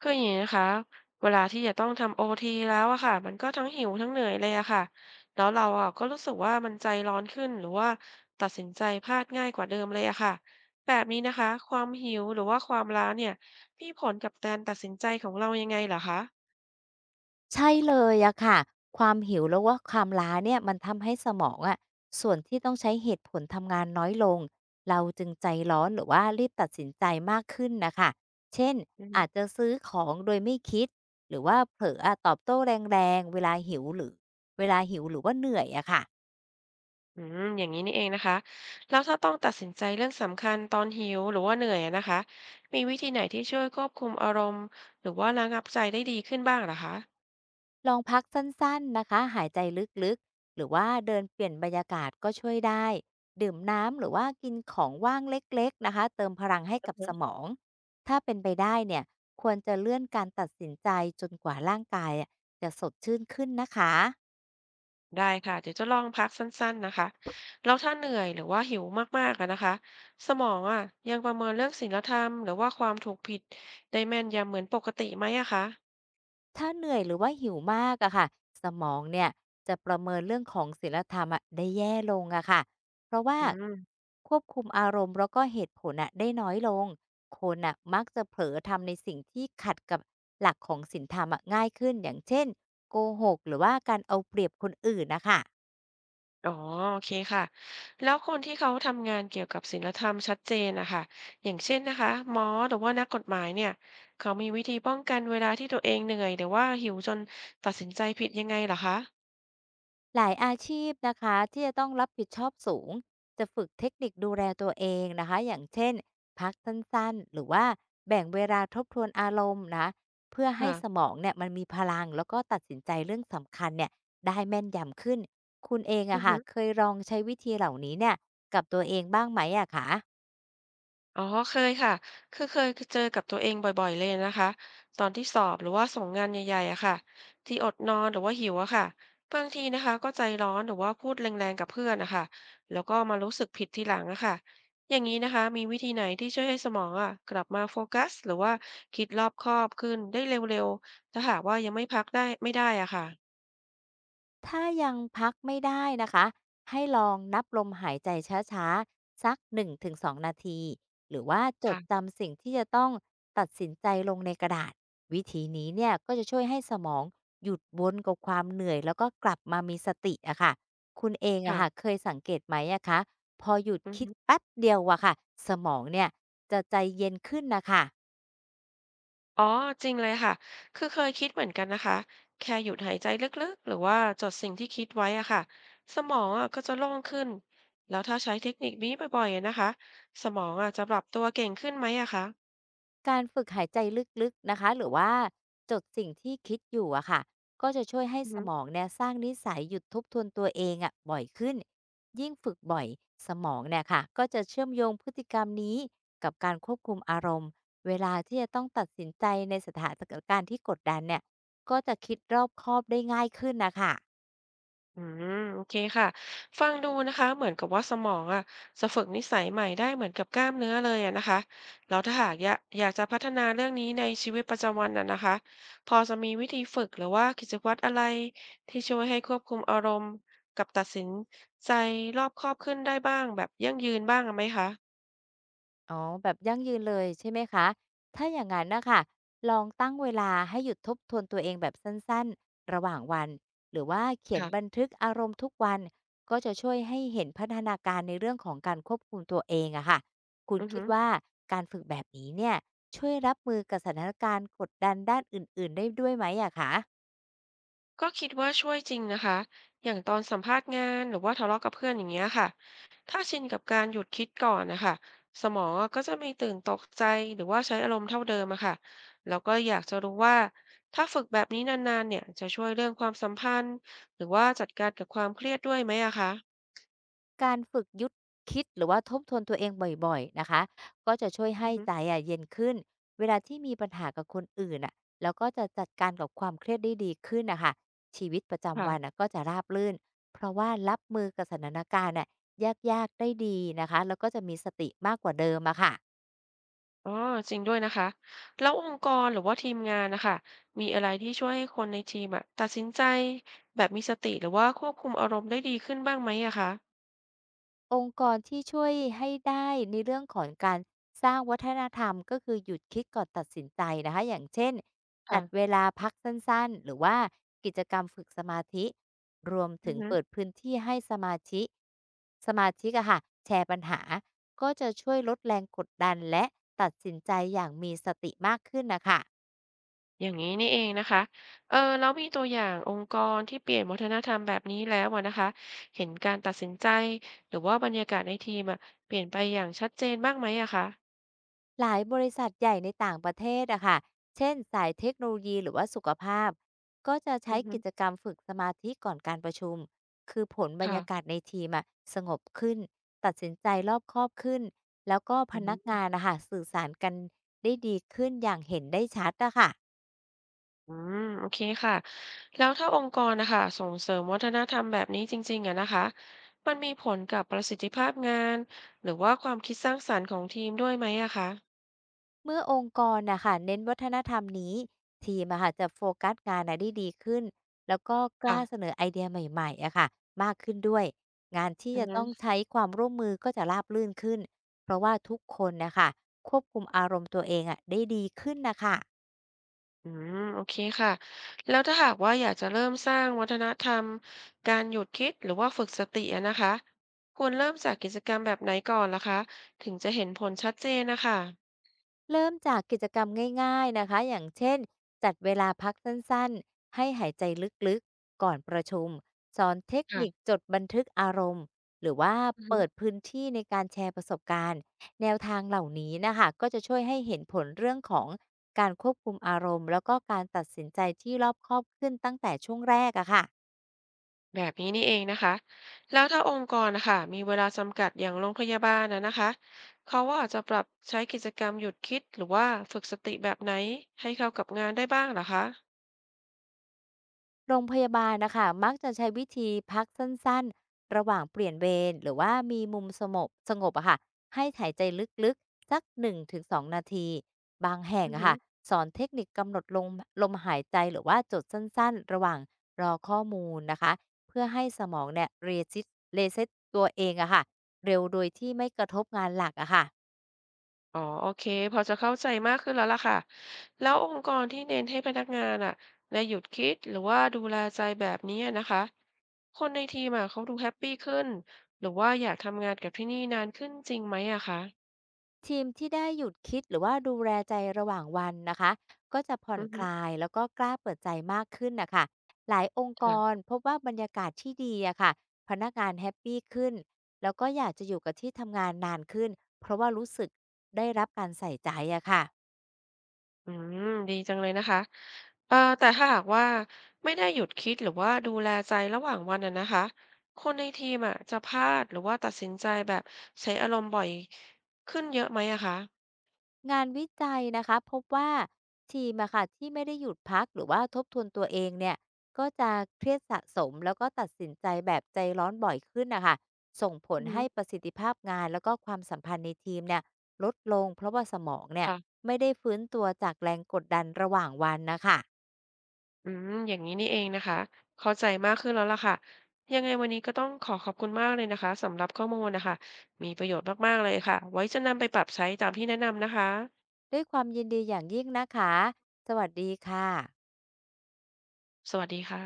คืออย่างนี้นะคะเวลาที่จะต้องทำโอทีแล้วอะค่ะมันก็ทั้งหิวทั้งเหนื่อยเลยอะค่ะแล้วเราอะก็รู้สึกว่ามันใจร้อนขึ้นหรือว่าตัดสินใจพลาดง่ายกว่าเดิมเลยอะค่ะแบบนี้นะคะความหิวหรือว่าความล้าเนี่ยมีผลกับการตัดสินใจของเรายังไงเหรอคะใช่เลยอะค่ะ ความหิวแล้วว่าความล้าเนี่ยมันทำให้สมองอะส่วนที่ต้องใช้เหตุผลทำงานน้อยลง เราจึงใจร้อนหรือว่ารีบตัดสินใจมากขึ้นนะคะ เช่นอืมอาจจะซื้อของโดยไม่คิดหรือว่าเผลออะตอบโต้แรงๆเวลาหิวหรือเวลาหิวหรือว่าเหนื่อยอะค่ะ อย่างนี้นี่เองนะคะแล้วถ้าต้องตัดสินใจเรื่องสำคัญตอนหิวหรือว่าเหนื่อยอะนะคะมีวิธีไหนที่ช่วยควบคุมอารมณ์หรือว่าระงับใจได้ดีขึ้นบ้างเหรอคะ ลองพักสั้นๆนะคะ หายใจลึกๆ หรือว่าเดินเปลี่ยนบรรยากาศก็ช่วยได้ ดื่มน้ำหรือว่ากินของว่างเล็กๆนะคะ เติมพลังให้กับสมอง ถ้าเป็นไปได้เนี่ย ควรจะเลื่อนการตัดสินใจจนกว่าร่างกายอะจะสดชื่นขึ้นนะคะ ได้ค่ะเดี๋ยวจะลองพักสั้นๆนะคะแล้วถ้าเหนื่อยหรือว่าหิวมากๆอะนะคะสมองอะยังประเมินเรื่องศีลธรรมหรือว่าความถูกผิดได้แม่นยำเหมือนปกติไหมอะคะถ้าเหนื่อยหรือว่าหิวมากอะค่ะสมองเนี่ยจะประเมินเรื่องของศีลธรรมอะได้แย่ลงอะค่ะเพราะว่าอืมควบคุมอารมณ์แล้วก็เหตุผลอะได้น้อยลงคนอะมักจะเผลอทำในสิ่งที่ขัดกับหลักของศีลธรรมอะง่ายขึ้นอย่างเช่นโกหกหรือว่าการเอาเปรียบคนอื่นนะคะ อ๋อโอเคค่ะแล้วคนที่เขาทำงานเกี่ยวกับศีลธรรมชัดเจนนะคะอย่างเช่นนะคะหมอหรือว่านักกฎหมายเนี่ยเขามีวิธีป้องกันเวลาที่ตัวเองเหนื่อยหรือว่าหิวจนตัดสินใจผิดยังไงเหรอคะหลายอาชีพนะคะที่จะต้องรับผิดชอบสูงจะฝึกเทคนิคดูแลตัวเองนะคะอย่างเช่นพักสั้นๆหรือว่าแบ่งเวลาทบทวนอารมณ์นะเพื่อให้ค่ะสมองเนี่ยมันมีพลังแล้วก็ตัดสินใจเรื่องสำคัญเนี่ยได้แม่นยำขึ้นคุณเองอือะอค่ะฮึ เคยลองใช้วิธีเหล่านี้เนี่ยกับตัวเองบ้างไหมอะคะ อ๋อเคยค่ะคือเคยเจอกับตัวเองบ่อยๆเลยนะคะตอนที่สอบหรือว่าส่งงานใหญ่ๆอะค่ะที่อดนอนหรือว่าหิวอะค่ะบางทีนะคะก็ใจร้อนหรือว่าพูดแรงๆกับเพื่อนนะคะแล้วก็มารู้สึกผิดทีหลังอะค่ะอย่างนี้นะคะมีวิธีไหนที่ช่วยให้สมองอะกลับมาโฟกัสหรือว่าคิดรอบคอบขึ้นได้เร็วๆถ้าหากว่ายังไม่พักได้ไม่ได้อะค่ะถ้ายังพักไม่ได้นะคะให้ลองนับลมหายใจช้าๆสัก1-2นงถึงสองนาทีหรือว่าจดค่ะจำสิ่งที่จะต้องตัดสินใจลงในกระดาษวิธีนี้เนี่ยก็จะช่วยให้สมองหยุดวนกับความเหนื่อยแล้วก็กลับมามีสติอะค่ะคุณเองค่ะอะค่ะเคยสังเกตไหมอะคะพอหยุดอือคิดฮึ แป๊บเดียวอะค่ะสมองเนี่ยจะใจเย็นขึ้นนะคะ อ๋อจริงเลยค่ะ คือเคยคิดเหมือนกันนะคะ แค่หยุดหายใจลึกๆ หรือว่าจดสิ่งที่คิดไว้อะค่ะสมองอะก็จะโล่งขึ้น แล้วถ้าใช้เทคนิคนี้บ่อยๆอะนะคะสมองอะจะปรับตัวเก่งขึ้นไหมอะคะ การฝึกหายใจลึกๆนะคะหรือว่าจดสิ่งที่คิดอยู่อะค่ะก็จะช่วยให้สมองเนี่ยสร้างนิสัยหยุดทบทวนตัวเองอะบ่อยขึ้นยิ่งฝึกบ่อยสมองเนี่ยค่ะก็จะเชื่อมโยงพฤติกรรมนี้กับการควบคุมอารมณ์เวลาที่จะต้องตัดสินใจในสถานการณ์ที่กดดันเนี่ยก็จะคิดรอบคอบได้ง่ายขึ้นนะคะ อืมโอเคค่ะฟังดูนะคะเหมือนกับว่าสมองอ่ะจะฝึกนิสัยใหม่ได้เหมือนกับกล้ามเนื้อเลยอะนะคะแล้วถ้าหากอยากจะพัฒนาเรื่องนี้ในชีวิตประจำวันอะนะคะพอจะมีวิธีฝึกหรือว่ากิจวัตรอะไรที่ช่วยให้ควบคุมอารมณ์กับตัดสินใจรอบคอบขึ้นได้บ้างแบบยั่งยืนบ้างไหมคะอ๋อแบบยั่งยืนเลยใช่ไหมคะถ้าอย่างนั้นนะค่ะลองตั้งเวลาให้หยุดทบทวนตัวเองแบบสั้นๆระหว่างวันหรือว่าเขียนบัค่ะนทึกอารมณ์ทุกวันก็จะช่วยให้เห็นพัฒนาการในเรื่องของการควบคุมตัวเองอะค่ะคุณอือฮึ คิดว่าการฝึกแบบนี้เนี่ยช่วยรับมือกับสถานการณ์กดดันด้านอื่นๆได้ด้วยไหมอะคะ ก็คิดว่าช่วยจริงนะคะ อย่างตอนสัมภาษณ์งานหรือว่าทะเลาะกับเพื่อนอย่างเงี้ยค่ะ ถ้าชินกับการหยุดคิดก่อนนะคะสมองอะก็จะไมีตื่นตกใจหรือว่าใช้อารมณ์เท่าเดิมอะค่ะแล้วก็อยากจะรู้ว่าถ้าฝึกแบบนี้นานๆเนี่ยจะช่วยเรื่องความสัมพันธ์หรือว่าจัดการกับความเครียดด้วยไหมอะคะการฝึกหยุดคิดหรือว่าทบทวนตัวเองบ่อยๆนะคะก็จะช่วยอืให้อฮึใจอะเย็นขึ้นเวลาที่มีปัญหากับคนอื่นน่ะแล้วก็จะจัดการกับความเครียดได้ดีขึ้นนะคะชีวิตประจำค่ะวันน่ะก็จะราบรื่นเพราะว่ารับมือกับสถานการณ์น่ะยากๆได้ดีนะคะแล้วก็จะมีสติมากกว่าเดิมอะค่ะ อ๋อจริงด้วยนะคะแล้วองค์กรหรือว่าทีมงานนะคะมีอะไรที่ช่วยให้คนในทีมอะตัดสินใจแบบมีสติหรือว่าควบคุมอารมณ์ได้ดีขึ้นบ้างไหมอะคะ องค์กรที่ช่วยให้ได้ในเรื่องของการสร้างวัฒนธรรมก็คือหยุดคิดก่อนตัดสินใจนะคะอย่างเช่นค่ะจัดเวลาพักสั้นๆหรือว่ากิจกรรมฝึกสมาธิรวมอืถึองฮึเปิดพื้นที่ให้สมาชิกอะค่ะแชร์ปัญหาก็จะช่วยลดแรงกดดันและตัดสินใจอย่างมีสติมากขึ้นนะคะ อย่างนี้นี่เองนะคะเออแล้วมีตัวอย่างองค์กรที่เปลี่ยนวัฒนธรรมแบบนี้แล้วอะนะคะ เห็นการตัดสินใจหรือว่าบรรยากาศในทีมอะเปลี่ยนไปอย่างชัดเจนบ้างไหมอะคะ หลายบริษัทใหญ่ในต่างประเทศอะค่ะเช่นสายเทคโนโลยีหรือว่าสุขภาพ ก็จะอืใช้อฮึกิจกรรมฝึกสมาธิก่อนการประชุม คือผลบรรค่ะยากาศในทีมอะสงบขึ้น ตัดสินใจรอบคอบขึ้น แล้วก็อืพอนักฮึงานนะคะสื่อสารกันได้ดีขึ้นอย่างเห็นได้ชัดอะค่ะ อืมโอเคค่ะแล้วถ้าองค์กรนะคะส่งเสริมวัฒนธรรมแบบนี้จริงๆอะนะคะมันมีผลกับประสิทธิภาพงานหรือว่าความคิดสร้างสรรค์ของทีมด้วยไหมอะคะเมื่อองค์กรนะคะเน้นวัฒนธรรมนี้ทีมอะค่ะจะโฟกัสงานอะได้ดีขึ้นแล้วก็กล้าเสค่ะนอไอเดียใหม่ๆอะค่ะมากขึ้นด้วยงานที่อือจะฮึ ต้องใช้ความร่วมมือก็จะราบรื่นขึ้นเพราะว่าทุกคนนะคะควบคุมอารมณ์ตัวเองอะได้ดีขึ้นนะคะ อืมโอเคค่ะแล้วถ้าหากว่าอยากจะเริ่มสร้างวัฒนธรรมการหยุดคิดหรือว่าฝึกสติอะนะคะควรเริ่มจากกิจกรรมแบบไหนก่อนล่ะคะถึงจะเห็นผลชัดเจนนะคะเริ่มจากกิจกรรมง่ายๆนะคะอย่างเช่น จัดเวลาพักสั้นๆ ให้หายใจลึกๆ ก่อนประชุมสอนเทคนิคค่ะจดบันทึกอารมณ์ หรือว่าอือฮึเปิดพื้นที่ในการแชร์ประสบการณ์ แนวทางเหล่านี้นะคะก็จะช่วยให้เห็นผลเรื่องของการควบคุมอารมณ์แล้วก็การตัดสินใจที่รอบคอบขึ้นตั้งแต่ช่วงแรกอะค่ะ แบบนี้นี่เองนะคะแล้วถ้าองค์กรนะคะมีเวลาจำกัดอย่างโรงพยาบาลนะคะเขาว่าอาจจะปรับใช้กิจกรรมหยุดคิดหรือว่าฝึกสติแบบไหนให้เข้ากับงานได้บ้างเหรอคะโรงพยาบาลนะคะมักจะใช้วิธีพักสั้นๆ ระหว่างเปลี่ยนเวรหรือว่ามีมุมสงบอะค่ะให้หายใจลึกๆสัก1-2นงถึงสองนาทีบางแห่งอืออะฮึ ค่ะสอนเทคนิคกำหนดลมหายใจหรือว่าจดสั้นๆ ระหว่างรอข้อมูลนะคะเพื่อให้สมองเนี่ยเรเซตตัวเองอะค่ะเร็วโดยที่ไม่กระทบงานหลักอะค่ะ อ๋อโอเคพอจะเข้าใจมากขึ้นแล้วล่ะค่ะแล้วองค์กรที่เน้นให้พนักงานอ่ะได้หยุดคิดหรือว่าดูแลใจแบบนี้นะคะคนในทีมอ่ะเขาดูแฮปปี้ขึ้นหรือว่าอยากทำงานกับที่นี่นานขึ้นจริงไหมอะคะทีมที่ได้หยุดคิดหรือว่าดูแลใจระหว่างวันนะคะก็จะผ่อนอือคฮึลายแล้วก็กล้าเปิดใจมากขึ้นนะคะหลายองค์กรค่ะพบว่าบรรยากาศที่ดีอะค่ะพนักงานแฮปปี้ขึ้นแล้วก็อยากจะอยู่กับที่ทำงานนานขึ้นเพราะว่ารู้สึกได้รับการใส่ใจอะค่ะ อืมดีจังเลยนะคะแต่ถ้าหากว่าไม่ได้หยุดคิดหรือว่าดูแลใจระหว่างวันอะนะคะคนในทีมอ่ะจะพลาดหรือว่าตัดสินใจแบบใช้อารมณ์บ่อยขึ้นเยอะไหมอะคะงานวิจัยนะคะพบว่าทีมอะค่ะที่ไม่ได้หยุดพักหรือว่าทบทวนตัวเองเนี่ยก็จะเครียดสะสมแล้วก็ตัดสินใจแบบใจร้อนบ่อยขึ้นนะคะส่งผลอือฮึให้ประสิทธิภาพงานแล้วก็ความสัมพันธ์ในทีมเนี่ยลดลงเพราะว่าสมองเนี่ยค่ะ ไม่ได้ฟื้นตัวจากแรงกดดันระหว่างวันนะคะอืมอย่างนี้นี่เองนะคะเข้าใจมากขึ้นแล้วล่ะค่ะยังไงวันนี้ก็ต้องขอขอบคุณมากเลยนะคะสำหรับข้อมูลนะคะมีประโยชน์มากๆเลยค่ะไว้จะนำไปปรับใช้ตามที่แนะนำนะคะด้วยความยินดีอย่างยิ่งนะคะสวัสดีค่ะสวัสดีค่ะ